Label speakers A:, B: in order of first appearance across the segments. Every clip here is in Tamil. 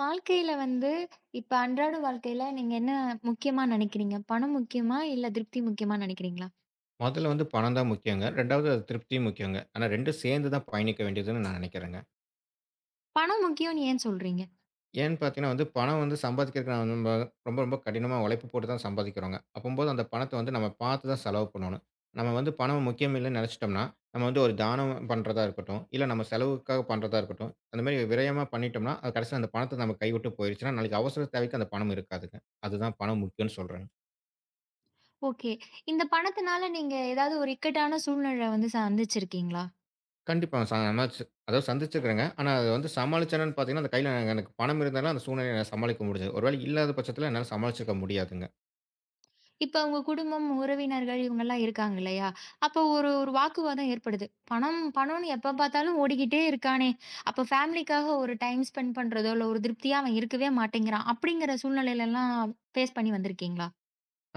A: வாழ்க்கையில வந்து இப்ப அன்றாட வாழ்க்கையில நீங்க என்ன முக்கியமா நினைக்கிறீங்க? பணம் முக்கியமா? இல்ல திருப்தி முக்கியமா நினைக்கிறீங்களா?
B: முதல்ல வந்து பணம் தான் முக்கியங்க. 2வது அது திருப்தியும் முக்கியங்க. ஆனா 2ம் சேர்ந்து தான் பயணிக்க வேண்டியதுன்னு நான் நினைக்கிறேங்க.
A: பணம் முக்கியம்னு ஏன் சொல்றீங்க?
B: ஏன்னு பார்த்தீங்கன்னா வந்து பணம் வந்து சம்பாதிக்கிறதுக்கு நான் நம்ம ரொம்ப ரொம்ப கடினமா உழைப்பு போட்டு தான் சம்பாதிக்கிறோங்க. அப்பம்போது அந்த பணத்த வந்து நம்ம பார்த்து தான் செலவு பண்ணணும். நம்ம வந்து பணம் முக்கியம் இல்லன்னு நினைச்சிட்டோம்னா, நம்ம வந்து ஒரு தானம் பண்றதா இருக்கட்டும், இல்ல நம்ம செலவுக்காக பண்றதா இருக்கட்டும், அந்த மாரி விரயமா பண்ணிட்டோம்னா, அது கடைசியில அந்த பணத்த நம்ம கைவிட்டு போயிருச்சுன்னா, நாளைக்கு அவசர தேவைக்கு அந்த பணம் இருக்காதுங்க. அதுதான் பணம் முக்கியம்னு சொல்றேங்க.
A: ஓகே. இந்த பணத்தினால நீங்க ஏதாவது ஒரு இக்கட்டான சூழ்நிலை வந்து சந்திச்சிருக்கீங்களா?
B: கண்டிப்பா. ச நான் ச அதாவது சந்திச்சிருக்கிறேங்க. ஆனா அத வந்து சமாளிச்சேனான்னு பார்த்தீங்கன்னா, அந்த கையில எனக்கு பணம் இருந்ததுனா, அந்த சூழ்நிலைய நான் சமாளிக்க முடிஞ்சது. ஒரு வேளை இல்லாத பட்சத்தில என்னால சமாளிச்சிருக்க முடியாதுங்க.
A: இப்ப உங்க குடும்பம், உறவினர்கள் இவங்கலாம் இருக்காங்க இல்லையா? அப்போ ஒரு ஒரு வாக்குவாதம் ஏற்படுது. பணம் பணம்னு எப்ப பார்த்தாலும் ஓடிக்கிட்டே இருக்கானே! அப்ப ஃபேமிலிக்காக ஒரு டைம் ஸ்பெண்ட் பண்றதோ, இல்ல ஒரு திருப்தியா அவன் இருக்கவே மாட்டேங்கிறான். அப்படிங்கிற சூழ்நிலையிலலாம் ஃபேஸ் பண்ணி வந்திருக்கீங்களா?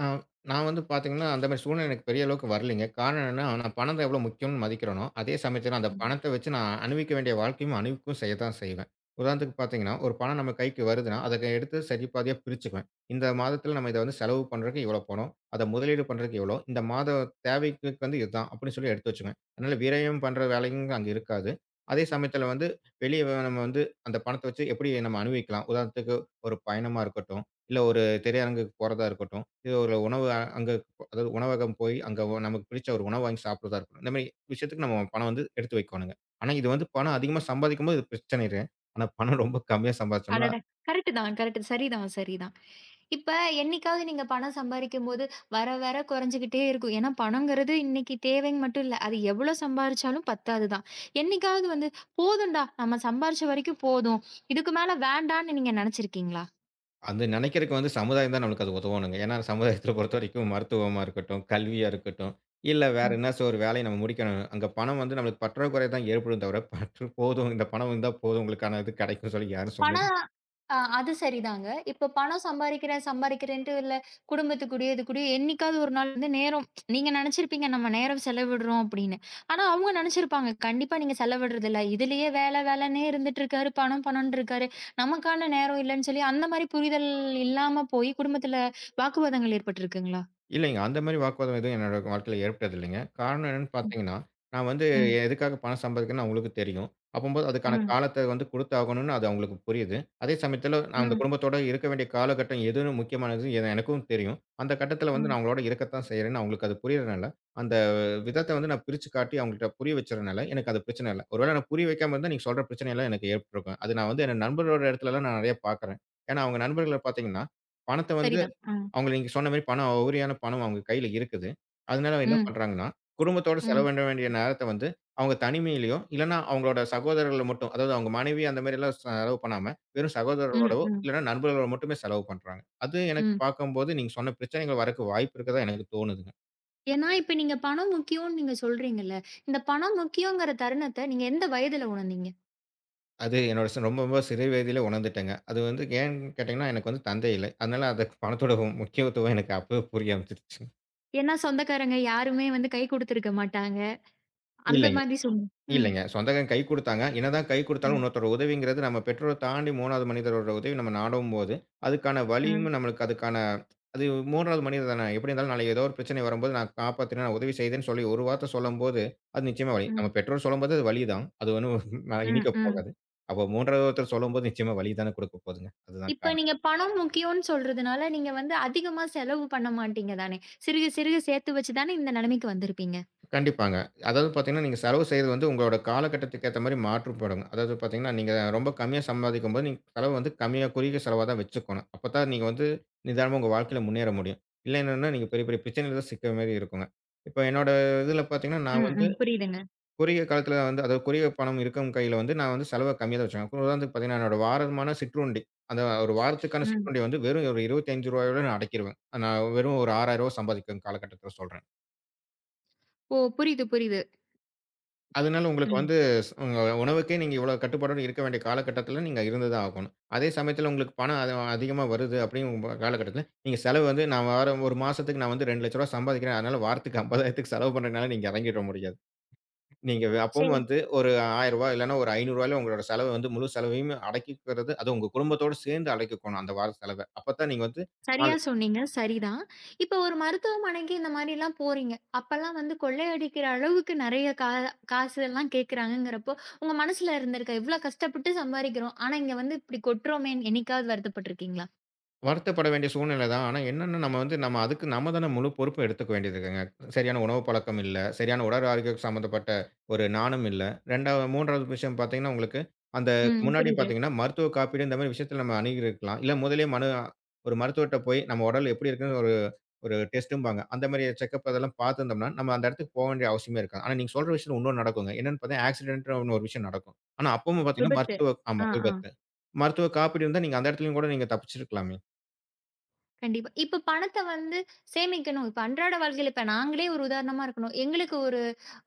B: ஆ, நான் வந்து பார்த்தீங்கன்னா, அந்த மாரி சூழ்நிலை எனக்கு பெரிய அளவுக்கு வரலைங்க. காரணம் என்னன்னா, நான் பணம் தான் எவ்வளோ முக்கியம்னு மதிக்கிறேனோ, அதே சமயத்தில அந்த
A: ம்.
B: பணத்த வச்சு நான் அனுபவிக்க வேண்டிய வாழ்க்கையும் அனுபவிக்கவும் செய்ய தான் செய்வேன். உதாரணத்துக்கு பார்த்தீங்கன்னா, ஒரு பணம் நம்ம கைக்கு வருதுன்னா, அத எடுத்து சரி பாதியா பிரிச்சுக்குவேன். இந்த மாதத்தில நம்ம இத வந்து செலவு பண்றதுக்கு இவ்வளோ பணம், அத முதலீடு பண்றதுக்கு இவ்வளோ, இந்த மாத தேவைக்கு வந்து இதுதான் அப்படின்னு சொல்லி எடுத்து வச்சுக்குவேன். அதனால விரயம் பண்ற வேலையும் அங்க இருக்காது. அதே சமயத்தில வந்து வெளிய நம்ம வந்து அந்த பணத்த வச்சு எப்படி நம்ம அனுபவிக்கலாம். உதாரணத்துக்கு ஒரு பயணமா இருக்கட்டும், இல்ல ஒரு திரையரங்குக்கு போறதா இருக்கட்டும். இது ஒரு உணவு அங்க அதாவது உணவகம் போய், அங்க நமக்கு பிடிச்ச ஒரு உணவு வாங்கி சாப்பிடுறதா இருக்கட்டும். இந்த மாரி விஷயத்துக்கு நம்ம பணம் வந்து எடுத்து வைக்கோணுங்க. ஆனா இது வந்து பணம் அதிகமா சம்பாதிக்கும்போது இது பிரச்சனை இல்ல. ஆனா பணம் ரொம்ப கம்மியா சம்பாதிச்சோம்னா,
A: அடடா! கரெக்ட்டு தான், கரெக்ட்டு. சரிதான், சரிதான். இப்ப என்னைக்காவது நீங்க பணம் சம்பாரிக்கும்போது, வர வர குறைஞ்சுகிட்டே இருக்கும். ஏன்னா பணங்கிறது இன்னைக்கு தேவைன்னு மட்டும் இல்ல. அது எவ்ளோ சம்பாரிச்சாலும் பத்தாது தான். என்னைக்காவது வந்து, "போதும்டா நம்ம சம்பாரிச்ச வரைக்கும் போதும். இதுக்கு மேல வேண்டான்னு" நீங்க நெனச்சிருக்கீங்களா?
B: அது நெனைக்கிறதுக்கு வந்து சமுதாயம் தான் நம்மளுக்கு அது உதவணுங்க. ஏன்னா சமுதாயத்தில பொறுத்தவரைக்கும் மருத்துவமா இருக்கட்டும், கல்வியா இருக்கட்டும், இல்ல வேற என்னாச்சும் ஒரு வேலைய நம்ம முடிக்கணும். அங்க பணம் வந்து நம்மளுக்கு பற்றாக்குறை தான் ஏற்படும் தவிர, பற்று போதும் இந்த பணம் இருந்தா போதும் உங்களுக்கான இது கிடைக்கும்னு சொல்லி யாரும் சொல்ல
A: பணம் அ அது சரிதாங்க. இப்ப பணம் சம்பாரிக்கிறேன், சம்பாரிக்கிறேன்ட்டு இல்ல குடும்பத்துக்கூடயோ, இது கூடயோ என்னைக்காவது ஒரு நாள் வந்து நேரம் நீங்க நெனச்சிருப்பீங்க, நம்ம நேரம் செலவிடுறோம் அப்படின்னு. ஆனா, அவங்க நெனச்சிருப்பாங்க, கண்டிப்பா நீங்க செலவிடுறதில்ல. இதுலயே வேல வேலன்னே இருந்துட்டு இருக்காரு. பணம் பணம்ன்னு இருக்காரு. நமக்கான நேரம் இல்லன்னு சொல்லி, அந்த மாரி புரிதல் இல்லாம போய் குடும்பத்துல வாக்குவாதங்கள் ஏற்பட்டிருக்குங்களா?
B: இல்லைங்க. அந்த மாரி வாக்குவாதம் எதுவும் என்னோட வாழ்க்கையில ஏற்பட்டது இல்லைங்க. காரணம் என்னன்னு பார்த்தீங்கன்னா, நான் வந்து
A: ம்,
B: எதுக்காக பணம் சம்பாதிக்கிறேன்னு அவங்களுக்கு தெரியும். அப்பம்போது அதுக்கான
A: ம்,
B: காலத்த வந்து குடுத்தாகணும்னு அது அவங்களுக்கு புரியுது. அதே சமயத்தில நான் அந்த
A: ம்,
B: குடும்பத்தோட இருக்க வேண்டிய காலகட்டம் எதுன்னு முக்கியமானது என எனக்கும் தெரியும். அந்த கட்டத்தில வந்து
A: ம்.
B: நான் அவங்களோட இருக்கத்தான் செய்றேன்னு அவங்களுக்கு அது புரியறனால, அந்த விதத்த வந்து நான் பிரிச்சு காட்டி அவங்கள்ட்ட புரிய வச்சறனால, எனக்கு அது பிரச்சனை இல்ல. ஒருவேள நான் புரிய வைக்காம இருந்தா நீங்க சொல்ற பிரச்சனைலாம் எனக்கு ஏற்பட்டுருக்கும். அது நான் வந்து என் நண்பரோட இடத்துலலாம் நான் நெறைய பார்க்குறேன். ஏன்னா அவங்க நண்பர்கள பார்த்தீங்கன்னா, பணத்த வந்து
A: சரிதான். ம்,
B: அவங்கள நீங்க சொன்ன மாரி பணம் உரியான பணம் அவங்க கையில இருக்குது. அதனால என்ன
A: ம்,
B: பண்றாங்கன்னா, குடும்பத்தோட
A: ம்,
B: செலவிட வேண்டிய நேரத்த வந்து அவங்க தனிமையிலயோ, இல்லன்னா அவங்களோட சகோதரர்கள மட்டும் அதாவது அவங்க மனைவி அந்த மாரிலாம் செலவு பண்ணாம, வெறும்
A: ம்,
B: சகோதரர்களோடவோ,
A: ம்,
B: இல்லன்னா நண்பர்களோட மட்டுமே செலவு பண்றாங்க. அது எனக்கு
A: ம்.
B: பார்க்கும்போது நீங்க சொன்ன பிரச்சனைகள் வரக்கு வாய்ப்பு இருக்கதா எனக்கு தோணுதுங்க.
A: ஏன்னா, இப்ப நீங்க பணம் முக்கியம்னு நீங்க சொல்றீங்கல்ல. இந்த பணம் முக்கியங்கிற தருணத்த நீங்க எந்த வயதுல உணர்ந்தீங்க?
B: அது என்னோட ரொம்ப ரொம்ப சிறு வயதிலே உணர்ந்துட்டேங்க. அது வந்து ஏன்னு கேட்டீங்கன்னா, எனக்கு வந்து தந்தை இல்லை. அதனால அதுக்கு பணத்தோட முக்கியத்துவம் எனக்கு அப்பவே புரிய ஆரம்பிச்சுருச்சுங்க.
A: ஏன்னா சொந்தக்காரங்க யாருமே வந்து கை குடுத்திருக்க மாட்டாங்க. அந்த
B: இல்லைங்க.
A: மாதிரி ம்.
B: இல்லைங்க. சொந்தக்காரங்க கை குடுத்தாங்க. என்னதான் கை குடுத்தாலும்
A: ம்.
B: இன்னொருத்தரோட உதவிங்கிறது நம்ம பெற்றோர தாண்டி 3வது மனிதரோட உதவி நம்ம நாடும்போது, அதுக்கான வலியும்
A: ம்.
B: நம்மளுக்கு அதுக்கான அது 3வது மனிதர் தானே. எப்படி இருந்தாலும் நாளைக்கு ஏதோ ஒரு பிரச்சனை வரும்போது நான் காப்பாத்தினேன், நான் உதவி செய்தேன்னு சொல்லி ஒரு வார்த்தை சொல்லும்போது, அது நிச்சயமா வலி. நம்ம
A: ம்.
B: பெற்றோர் சொல்லும்போது அது வலி தான். அது ஒண்ணும்
A: ம்.
B: இனிக்க
A: ம்.
B: போகாது. அப்போ 3வது ஒருத்தர் சொல்லும்போது நிச்சயமா வலி தானே குடுக்க போதுங்க. அதுதான்
A: இப்ப
B: காரணம்.
A: நீங்க பணம் முக்கியம்னு சொல்றதுனால, நீங்க வந்து அதிகமா செலவு பண்ண மாட்டீங்க தானே! சிறுக சிறுக சேர்த்து வச்சு தானே இந்த நிலைமைக்கு வந்திருப்பீங்க.
B: கண்டிப்பாங்க. அதாவது பார்த்தீங்கன்னா, நீங்க செலவு செய்றது வந்து உங்களோட காலகட்டத்துக்கு ஏத்த மாரி மாற்றுபடுங்க. அதாவது பார்த்தீங்கன்னா, நீங்க ரொம்ப கம்மியா சம்பாதிக்கும்போது, நீங்க செலவு வந்து கம்மியா குறுகிய செலவா தான் வச்சுக்கணும். அப்பதான் நீங்க வந்து நிதானமா உங்க வாழ்க்கையில முன்னேற முடியும். இல்ல என்னன்னா, நீங்க பெரிய பெரிய பிரச்சனையில தான் சிக்குற மாரி இருக்குங்க. இப்ப என்னோட இதுல பார்த்தீங்கன்னா, நான்
A: ம்.
B: வந்து
A: ம். புரியுதுங்க.
B: குறுகிய காலத்துல வந்து அதாவது குறுகிய பணம் இருக்கும் கையில வந்து நான் வந்து செலவ கம்மியா தான் வச்சுக்குவேன். உதாரணத்துக்கு பார்த்தீங்கன்னா, என்னோட வாரமான சிற்றுண்டி. அந்த ஒரு வாரத்துக்கான
A: ம்.
B: சிற்றுண்டி வந்து வெறும் ஒரு ரூ. 25 நான் அடக்கிருவேன். நான் வெறும் ஒரு ரூ. 6,000 சம்பாதிக்கும் காலகட்டத்துல சொல்றேன்.
A: ஓ! புரியுது, புரியுது.
B: அதனால உங்களுக்கு
A: ம்.
B: வந்து உங்க உணவுக்கே நீங்க இவ்வளோ கட்டுப்பாடோட இருக்க வேண்டிய காலகட்டத்தில நீங்க இருந்து தான் ஆகணும். அதே சமயத்தில உங்களுக்கு பணம் அது அதிகமா வருது அப்படிங்கிற காலகட்டத்தில, நீங்க செலவு வந்து நான் வார 1 மாசத்துக்கு நான் வந்து ரூ. 2,00,000 சம்பாதிக்கிறேன். அதனால வாரத்துக்கு 50,000க்கு செலவு பண்றதுனால நீங்க இறங்கிட முடியாது. நீங்க அப்பவும்
A: சரி.
B: வந்து ஒரு ரூ. 1,000 இல்லைன்னா ஒரு ரூ. 500ல உங்களோட செலவு வந்து முழு செலவையும் அடக்கிக்கிறது, அதுவும் உங்க குடும்பத்தோடு சேர்ந்து அடக்கிக்கணும் அந்த வார செலவ. அப்பத்தான் நீங்க வந்து
A: சரியா
B: நாள்
A: சொன்னீங்க. சரிதான். இப்ப ஒரு மருத்துவமனைக்கு இந்த மாரிலாம் போறீங்க. அப்பலாம் வந்து கொள்ளையடிக்கிற அளவுக்கு நெறைய காசு எல்லாம் கேட்கறாங்கங்கிறப்போ, உங்க மனசுல இருந்திருக்க இவ்ளோ கஷ்டப்பட்டு சம்பாரிக்கிறோம். ஆனா இங்க வந்து இப்டி கொட்றோமேன்னு என்னைக்காவது வருத்தப்பட்டுருக்கீங்களா?
B: வருத்தப்பட வேண்டிய சூழ்நிலை தான். ஆனா என்னன்னா, நம்ம வந்து நம்ம அதுக்கு நம்ம தான முழு பொறுப்பும் எடுத்துக்க வேண்டியது இருக்குங்க. சரியான உணவு பழக்கம் இல்ல. சரியான உடல் ஆரோக்கியம் சம்மந்தப்பட்ட ஒரு நாணம் இல்ல. 2வது 3வது விஷயம் பார்த்தீங்கன்னா, உங்களுக்கு அந்த
A: ம்.
B: முன்னாடி
A: புரியுது.
B: பார்த்தீங்கன்னா, மருத்துவ காப்பீடு இந்த மாரி விஷயத்துல நம்ம அணுகியிருக்கலாம். இல்ல முதலே மனு ஒரு மருத்துவர்ட்ட போய் நம்ம உடல் எப்படி இருக்குன்னு ஒரு ஒரு டெஸ்ட்டும்பாங்க. அந்த மாரி செக்கப் அதெல்லாம் பார்த்துருந்தோம்னா, நம்ம அந்த இடத்துக்கு போ வேண்டிய அவசியமே இருக்காது. ஆனா நீங்க சொல்ற விஷயம் இன்னொன்னு நடக்குங்க. என்னன்னு பார்த்தீங்கன்னா, ஆக்சிடென்ட்ன்னு ஒண்ணு ஒரு விஷயம் நடக்கும். ஆனா அப்பவும் பார்த்தீங்கன்னா,
A: விபத்து.
B: மருத்துவ ஆமா
A: ஆ, ஆ.
B: விபத்து. மருத்துவ காப்பீடு இருந்தா நீங்க அந்த இடத்துலயும் கூட நீங்க தப்பிச்சிருக்கலாமே!
A: கண்டிப்பா. இப்ப பணத்த வந்து சேமிக்கணும். இப்ப அன்றாட வாழ்க்கையில இப்ப நாங்களே ஒரு உதாரணமா இருக்கணும். எங்களுக்கு ஒரு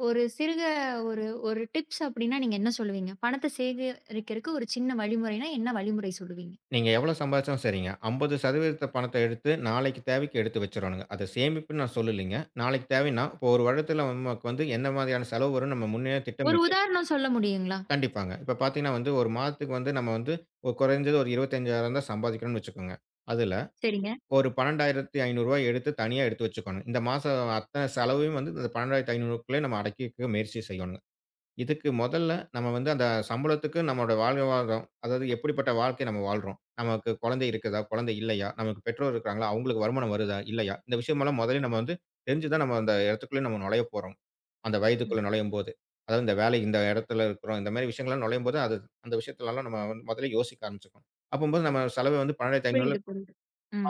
A: ஒரு சிறுக ஒரு ஒரு டிப்ஸ் அப்டின்னா நீங்க என்ன சொல்லுவீங்க? பணத்த சேகரிக்கிறதுக்கு ஒரு சின்ன வழிமுறைனா என்ன வழிமுறை சொல்லுவீங்க?
B: நீங்க எவ்வளோ சம்பாதிச்சாலும் சரிங்க. 50% பணத்த எடுத்து நாளைக்கு தேவைக்கு எடுத்து வச்சுரணுங்க. அத சேமிப்புன்னு நான் சொல்லலைங்க. நாளைக்கு தேவைன்னா, இப்போ 1 வருடத்துல நமக்கு வந்து என்ன மாதிரியான செலவு வரும்னு நம்ம முன்னயே
A: ஒரு
B: திட்டமிட்டு
A: உதாரணம் சொல்ல முடியுங்களா?
B: கண்டிப்பாங்க. இப்போ பார்த்தீங்கன்னா வந்து, 1 மாதத்துக்கு வந்து நம்ம வந்து ஒரு குறைஞ்சது ஒரு 25,000 தான் சம்பாதிக்கிறோம்னு வச்சுக்கோங்க. அதுல
A: சரிங்க.
B: ஒரு ரூ. 12,500 எடுத்து தனியா எடுத்து வச்சுக்கணும். இந்த மாசம் அத்தன செலவையும் வந்து இந்த ரூ. 12,500க்குள்ளயே நம்ம அடக்கி வைக்க முயற்சி செய்யணும். இதுக்கு மொதல்ல நம்ம வந்து அந்த சம்பளத்துக்கு நம்மோட வாழ்வாதாரம், அதாவது எப்படிப்பட்ட வாழ்க்கை நம்ம வாழ்றோம்? நமக்கு குழந்தை இருக்குதா? குழந்தை இல்லையா? நமக்கு பெற்றோர் இருக்கிறாங்களா? அவங்களுக்கு வருமானம் வருதா? இல்லையா? இந்த விஷயமெல்லாம் முதல்ல நம்ம வந்து தெரிஞ்சு தான் நம்ம அந்த இடத்துக்குள்ள நம்ம நுழைய போறோம். அந்த வயதுக்குள்ள
A: ம்.
B: நுழையும்போது. அதாவது இந்த வேலை இந்த இடத்துல இருக்கிறோம். இந்த மாரி விஷயங்கள்லாம் நுழையும்போது, அது அந்த விஷயத்துலலாம் நம்ம வந்து முதல்ல யோசிக்க ஆரம்பிச்சுக்கணும். அப்பம்போது நம்ம செலவு வந்து 12,500
A: புரியுது, புரியுது.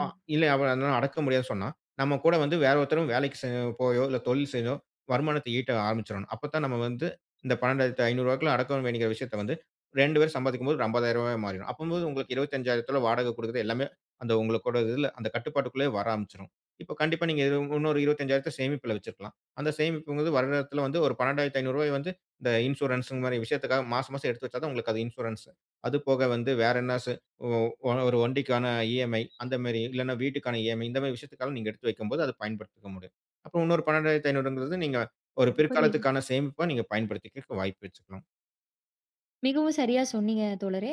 B: ஆ. இல்ல அவ அதனால அடக்க முடியாதுன்னு சொன்னா, நம்ம கூட வந்து வேற ஒருத்தரும் வேலைக்கு செ போயோ, இல்ல தொழில் செய்தோ, வருமானத்த ஈட்ட ஆரம்பிச்சிரணும். அப்பத்தான் நம்ம வந்து இந்த ரூ. 12,500க்குள்ள அடக்க வேண்டிய விஷயத்த வந்து 2 பேரும் சம்பாதிக்கும்போது ரூ. 50,000வா மாறிடும். அப்பம்போது உங்களுக்கு ரூ. 25,000த்துல வாடகை குடுக்குறது எல்லாமே அந்த உங்களுக்கோட இதுல அந்த கட்டுப்பாட்டுக்குள்ளயே வர ஆரம்பிச்சுரும். இப்ப கண்டிப்பா நீங்க இது இன்னொரு 25,000த்த சேமிப்புல வச்சிருக்கலாம். அந்த சேமிப்புங்கிறது வருடத்துல வந்து ஒரு ரூ. 12,500 வந்து இந்த இன்சூரன்ஸ் மாரி விஷயத்துக்காக மாசம் மாசம் எடுத்து வச்சா தான் உங்களுக்கு அது இன்சூரன்ஸ். அது போக வந்து வேற என்ன சு ஒ ஒ ஒரு வண்டிக்கான EMI அந்த மாரி, இல்லன்னா வீட்டுக்கான EMI இந்த மாரி விஷயத்துக்காக நீங்க எடுத்து வைக்கும்போது அத பயன்படுத்திக்க முடியும். அப்புறம் இன்னொரு 12,500ங்கிறது நீங்க ஒரு
A: ம். புரியுது.
B: பிற்காலத்துக்கான சேமிப்பா நீங்க பயன்படுத்திக்க வாய்ப்பு வச்சுக்கலாம்.
A: மிகவும் சரியா சொன்னீங்க தோழரே.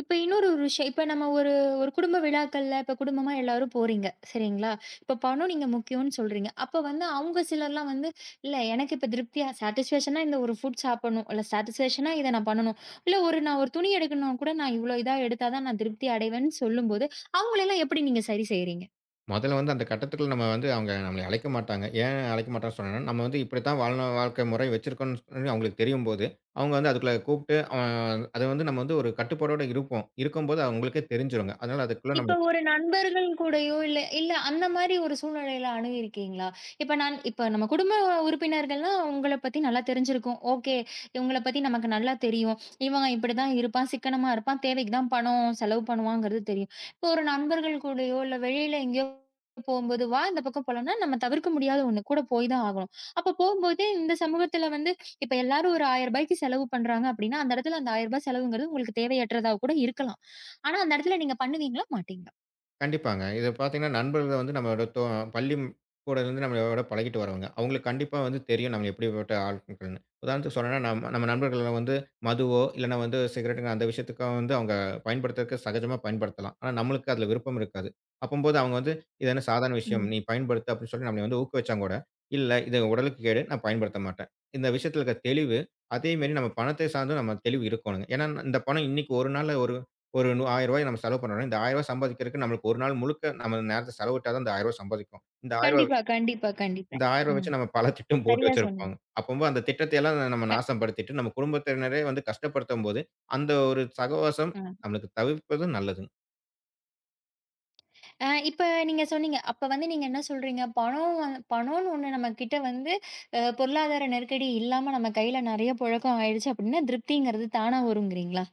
A: இப்ப இன்னொரு விஷயம். இப்ப நம்ம ஒரு ஒரு குடும்ப விழாக்கள்ல இப்ப குடும்பமா எல்லாரும் போறீங்க. சரிங்களா? இப்ப பணம் நீங்க முக்கியம்னு சொல்றீங்க. அப்ப வந்து அவங்க சிலர்லாம் வந்து, "இல்ல எனக்கு இப்ப திருப்தியா சாட்டிஸ்ஃபேக்ஷனா இந்த ஒரு ஃபுட் சாப்பிடணும். இல்ல சாட்டிஸ்ஃபேக்ஷனா இத நான் பண்ணணும். இல்ல ஒரு நான் ஒரு துணி எடுக்கணும்னா கூட நான் இவ்ளோ இதா எடுத்தா தான் நான் திருப்தி அடைவேன்னு" சொல்லும்போது, அவங்கள எல்லாம் எப்படி நீங்க சரி செய்றீங்க?
B: முதல்ல வந்து அந்த கட்டத்துக்குள்ள நம்ம வந்து அவங்க நம்மள அழைக்க மாட்டாங்க. ஏன் அழைக்க மாட்டாங்கன்னு சொன்னேன்னா, நம்ம வந்து இப்படித்தான் வாழ்ன வாழ்க்கை முறை வச்சிருக்கோம்ன்னு சொல்லி அவங்களுக்கு தெரியும்போது, அவங்க வந்து அதுக்குள்ள கூப்பிட்டு அத வந்து நம்ம வந்து ஒரு கட்டுப்பாடோட இருப்போம். இருக்கும்போது அவங்களுக்கே தெரிஞ்சிருங்க. அதனால அதுக்குள்ள
A: இப்ப
B: நம்ம
A: ஒரு நண்பர்கள் கூடயோ இல்ல இல்ல அந்த மாரி ஒரு சூழ்நிலையில அணுகியிருக்கீங்களா? இப்ப நான் நம்ம குடும்ப உறுப்பினர்கள்னா உங்கள பத்தி நல்லா தெரிஞ்சிருக்கும். ஓகே, இவங்கள பத்தி நமக்கு நல்லா தெரியும். இவன் இப்படிதான் இருப்பான், சிக்கனமா இருப்பான், தேவைக்கு தான் பணம் செலவு பண்ணுவாங்கிறது தெரியும். இப்போ ஒரு நண்பர்கள் கூடயோ இல்ல வெளியில எங்கேயோ போம்போது, "வா இந்த பக்கம் போலாம்னா" நம்ம தவிர்க்க முடியாத ஒண்ணு. கூட போய் தான் ஆகணும். அப்ப போம்போது இந்த சமூகத்துல வந்து இப்ப எல்லாரும் ஒரு ரூ. 1000 செலவு பண்றாங்க அப்படின்னா, அந்த இடத்துல அந்த ரூ. 1000 செலவுங்கிறது உங்களுக்கு தேவையற்றதா கூட இருக்கலாம். ஆனா அந்த இடத்துல நீங்க பண்ணுவீங்களா? மாட்டீங்களா?
B: கண்டிப்பாங்க. இது பார்த்தீங்கன்னா, நண்பர்கள் வந்து நம்மளோட பள்ளி கூடருந்து நம்மளோட பழகிட்டு வரவங்க. அவங்களுக்கு கண்டிப்பா வந்து தெரியும் நம்ம எப்படிப்பட்ட ஆட்கள்ன்னு. உதாரணத்துக்கு சொல்லணும்னா, நம்ம நம்ம நண்பர்கள்ல வந்து மதுவோ, இல்லன்னா வந்து சிகரெட்டுங்க அந்த விஷயத்துக்கோ வந்து அவங்க பயன்படுத்துறதுக்கு சகஜமா பயன்படுத்தலாம். ஆனா, நம்மளுக்கு அதில விருப்பம் இருக்காது. அப்பம்போது அவங்க வந்து, "இது என்ன சாதாரண விஷயம்.
A: ம்.
B: நீ பயன்படுத்து" அப்படின்னு சொல்லி நம்மள வந்து ஊக்குவிச்சா கூட, "இல்ல இது உடலுக்கு கேடு. நான் பயன்படுத்த மாட்டேன்." இந்த விஷயத்தில இருக்க தெளிவு, அதே மாரி நம்ம பணத்தை சார்ந்தும் நம்ம தெளிவு இருக்கணுங்க. ஏன்னா, இந்த பணம் இன்னைக்கு ஒரு நாள்ல ஒரு ஒரு ரூ. 1,000 நம்ம செலவு பண்ணோம்னா, இந்த ரூ. 1,000 சம்பாதிக்கிறதுக்கு நம்மளுக்கு 1 நாள் முழுக்க நம்ம நேரத்த செலவிட்டா தான் இந்த ரூ. 1,000 சம்பாதிக்கும்.
A: கண்டிப்பா, கண்டிப்பா, கண்டிப்பா.
B: இந்த ரூ. 1,000
A: ம்.
B: வச்சு நம்ம பல திட்டம் போட்டு
A: சரியா சொன்னீங்க.
B: வச்சிருப்பாங்க. அப்பம்போது அந்த திட்டத்தை எல்லாம் நம்ம
A: க
B: நாசப்படுத்திட்டு, நம்ம குடும்பத்தினரே வந்து கஷ்டப்படுத்தும்போது, அந்த ஒரு சகவாசம்
A: ம்.
B: நம்மளுக்கு தவிர்ப்பது நல்லது.
A: இப்ப நீங்க சொன்னீங்க. அப்ப வந்து நீங்க என்ன சொல்றீங்க? பணம்னு ஒண்ணு நம்மகிட்ட வந்து பொருளாதார நெருக்கடி இல்லாம நம்ம கையில நெறைய புழக்கம் ஆயிடுச்சு அப்டின்னா, திருப்திங்கிறது தானா வருங்கிறீங்களா?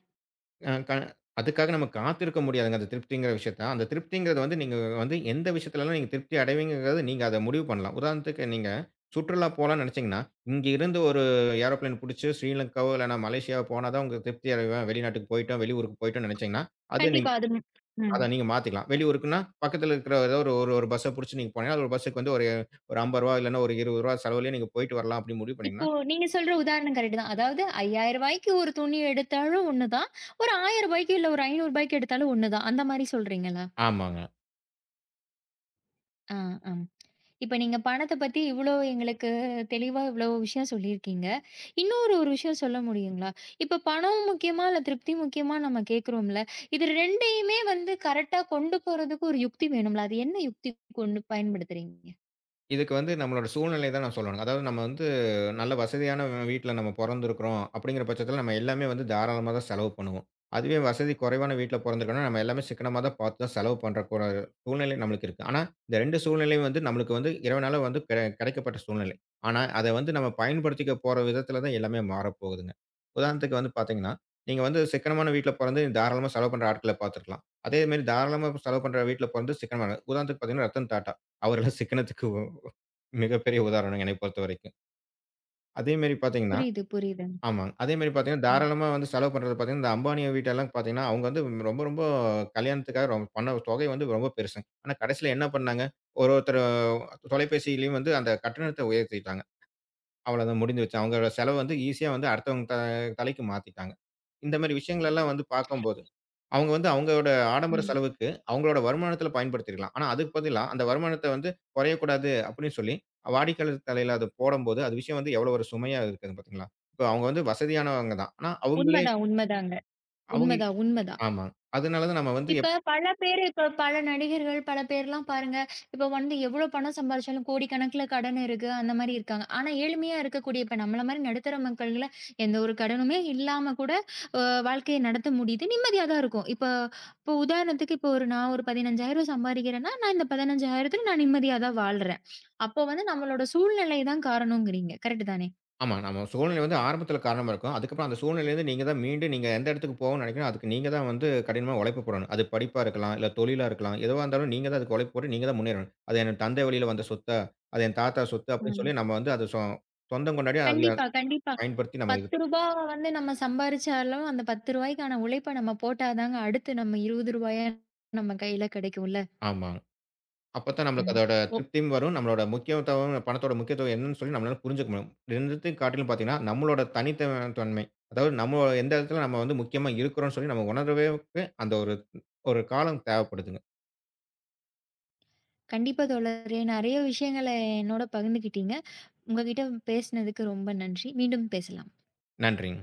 B: அ க அதுக்காக நம்ம காத்திருக்க முடியாதுங்க. அந்த திருப்திங்கிற விஷயத்த. அந்த திருப்திங்கிறது வந்து நீங்க வந்து எந்த விஷயத்துலலாம் நீங்க திருப்தி அடைவீங்கங்கிறத நீங்க அத முடிவு பண்ணலாம். உதாரணத்துக்கு நீங்க சுற்றுலா போலான்னு நெனச்சீங்கன்னா, இங்க இருந்து ஒரு ஏரோப்ளேன் புடிச்சு ஸ்ரீலங்காவோ இல்லன்னா மலேசியாவோ போனா தான் உங்களுக்கு திருப்தி அடைவேன். வெளிநாட்டுக்கு போயிட்டோம், வெளியூருக்கு போயிட்டோம்னு நெனச்சீங்கன்னா, அது நீ
A: கண்டிப்பா. அது ம்.
B: அத நீங்க மாத்திக்கலாம். வெளியூருக்குன்னா பக்கத்துல இருக்கிற ஏதோ ஒரு ஒரு ஒரு பஸ்ஸ புடிச்சு நீங்க போனீங்கன்னா, அது ஒரு பஸ்ஸுக்கு வந்து ஒரு ஒரு ரூ. 50 இல்லன்னா ஒரு ரூ. 20 செலவுலயே நீங்க போயிட்டு வரலாம் அப்படின்னு முடிவு
A: இப்போ
B: பண்ணீங்கன்னா
A: நீங்க சொல்ற உதாரணம் கரெக்ட் தான். அதாவது ரூ. 5,000க்கு ஒரு துணி எடுத்தாலும் ஒண்ணுதான். ஒரு ரூ. 1,000க்கு இல்ல ஒரு ரூ. 500க்கு எடுத்தாலும் ஒண்ணுதான். அந்த மாரி சொல்றீங்களா?
B: ஆமாங்க.
A: ஆ, ஆம். இப்ப நீங்க பணத்த பத்தி இவ்ளோ எங்களுக்கு தெளிவா இவ்ளோ விஷயம் சொல்லியிருக்கீங்க. இன்னொரு விஷயம் சொல்ல முடியுங்களா? இப்ப பணம் முக்கியமா, இல்ல திருப்தி முக்கியமா நம்ம கேட்கிறோம்ல. இது 2யுமே வந்து கரெக்ட்டா கொண்டு போறதுக்கு ஒரு யுக்தி வேணும்ல. அது என்ன யுக்தி கொண்டு பயன்படுத்துறீங்க?
B: இதுக்கு வந்து நம்மளோட சூழ்நிலை தான் நான் சொல்லணும். அதாவது நம்ம வந்து நல்ல வசதியான வீட்ல நம்ம பொறந்திருக்கிறோம் அப்படிங்கிற பட்சத்தில நம்ம எல்லாமே வந்து தாராளமா தான் செலவு பண்ணுவோம். அதுவே வசதி குறைவான வீட்ல பொறந்திருக்கோம்னா, நம்ம எல்லாமே சிக்கனமா தான் பார்த்து தான் செலவு பண்ற சூழ்நிலை நம்மளுக்கு இருக்கு. ஆனா, இந்த 2 சூழ்நிலையும் வந்து நம்மளுக்கு வந்து இறைவனால வந்து கிடைக்கப்பட்ட சூழ்நிலை. ஆனா, அத வந்து நம்ம பயன்படுத்திக்க போற விதத்தில தான் எல்லாமே மாறப்போகுதுங்க. உதாரணத்துக்கு வந்து பார்த்தீங்கன்னா, நீங்க வந்து சிக்கனமான வீட்ல பொறந்து தாராளமா செலவு பண்ற ஆட்கள பார்த்திருக்கலாம். அதே மாரி தாராளமா செலவு பண்ற வீட்ல பொறந்து சிக்கனமான உதாரணத்துக்கு பார்த்தீங்கன்னா, ரத்தன் டாட்டா. அவரெல்லாம் சிக்கனத்துக்கு மிகப்பெரிய உதாரணம் என்னை பொறுத்தவரைக்கும். அதேமாரி பார்த்தீங்கன்னா
A: புரியுது, புரியுதுங்க.
B: ஆமாங்க. அதேமாரி பார்த்தீங்கன்னா,
A: ம்,
B: தாராளமா வந்து செலவு பண்றது பார்த்தீங்கன்னா, இந்த அம்பானி வீட்டெல்லாம் பார்த்தீங்கன்னா, அவங்க வந்து ரொம்ப, ரொம்ப கல்யாணத்துக்காக பண்ண தொகை வந்து ரொம்ப பெருசுங்க. ஆனா, கடைசியில என்ன பண்ணாங்க, ஒரு ஒருத்தர் தொலைபேசியிலயும் வந்து அந்த கட்டணத்த உயர்த்திட்டாங்க. அவ்வளோதான் முடிஞ்சிருச்சு. அவங்களோட செலவு வந்து ஈஸியா வந்து அடுத்தவங்க தலைக்கு மாத்திட்டாங்க. இந்த மாரி விஷயங்கள் எல்லாம் வந்து பார்க்கும்போது, அவங்க வந்து அவங்களோட ஆடம்பர
A: ம்.
B: செலவுக்கு அவங்களோட வருமானத்தில பயன்படுத்திருக்கலாம். ஆனா அதுக்கு பதிலா அந்த வருமானத்த வந்து குறையக்கூடாது அப்படின்னு சொல்லி வாடிக்கையாளர் தலையில அத போடம்போது, அது விஷயம் வந்து எவ்வளோ ஒரு சுமையா இருக்குது பார்த்தீங்களா? இப்ப அவங்க வந்து வசதியானவங்க தான். ஆனா அவங்களே
A: உண்மதான், உண்மதாங்க.
B: அவங்களே
A: உண்மதான், உண்மதான்.
B: ஆமா. அதனால தான் நம்ம வந்து
A: இப்ப பல பேரு இப்ப பல நடிகர்கள், பல பேர்லாம் பாருங்க, இப்ப வந்து எவ்ளோ பணம் சம்பாரிச்சாலும் கோடிக்கணக்குல கடன் இருக்கு. அந்த மாரி இருக்காங்க. ஆனா எளிமையா இருக்கக்கூடிய இப்ப நம்மள மாரி நடுத்தர மக்கள்ல எந்த ஒரு கடனுமே இல்லாம கூட அ வாழ்க்கைய நடத்த முடியுது. நிம்மதியா தான் இருக்கும். இப்ப இப்ப உதாரணத்துக்கு இப்போ ஒரு நான் ஒரு ரூ. 15,000 சம்பாரிக்கிறேன்னா, நான் இந்த 15,000க்கு நான் நிம்மதியா தான் வாழ்றேன். அப்போ வந்து நம்மளோட சூழ்நிலை தான் காரணம்ங்கிறீங்க. கரெக்ட் தானே?
B: ஆமா. நம்ம சூழ்நிலை வந்து ஆரம்பத்தில காரணமா இருக்கும். அதுக்கப்புறம் அந்த சூழ்நிலையிலருந்து நீங்க தான் மீண்டு நீங்க எந்த இடத்துக்கு போகணும்னு நினைக்கிறீங்களோ, அதுக்கு நீங்க தான் வந்து கடினமா உழைப்பு போடணும். அது படிப்பா இருக்கலாம், இல்ல தொழிலா இருக்கலாம். எதுவா இருந்தாலும் நீங்க தான் அதுக்கு உழைப்பு போட்டு நீங்க தான் முன்னேறணும். அது என் தந்தை வழியில வந்த சொத்தா, அது என் தாத்தா சொத்து அப்படின்னு
A: ம்.
B: சொல்லி நம்ம வந்து அத சொந்தம் கொண்டாடி அதில
A: கண்டிப்பா, கண்டிப்பா. ரூ.
B: பயன்படுத்தி நம்ம இது
A: 10
B: பண்
A: வந்து நம்ம சம்பாரிச்சாலும், அந்த ரூ. 10க்கான உழைப்ப நம்ம போட்டா தாங்க, அடுத்து நம்ம ரூ. 20 நம்ம கையில கிடைக்கும்ல.
B: ஆமா. அப்பத்தான் நம்மளுக்கு
A: ம்.
B: அதோட
A: ஓ.
B: திருப்தியும் வரும். நம்மளோட முக்கியத்துவம் பணத்தோட முக்கியத்துவம் என்னன்னு சொல்லி நம்மளால புரிஞ்சுக்க முடியும். 2த்தையும் காட்டிலும் பார்த்தீங்கன்னா, நம்மளோட தனித்தவ தன்மை. அதாவது நம்ம எந்த இடத்துல நம்ம வந்து முக்கியமா இருக்கிறோம்னு சொல்லி நம்ம உணர்வுக்கு அந்த ஒரு ஒரு காலம் தேவைப்படுதுங்க.
A: கண்டிப்பா தோழரே. நெறைய விஷயங்கள என்னோட பகிர்ந்துக்கிட்டீங்க. உங்ககிட்ட பேசினதுக்கு ரொம்ப நன்றி. மீண்டும் பேசலாம்.
B: நன்றிங்க.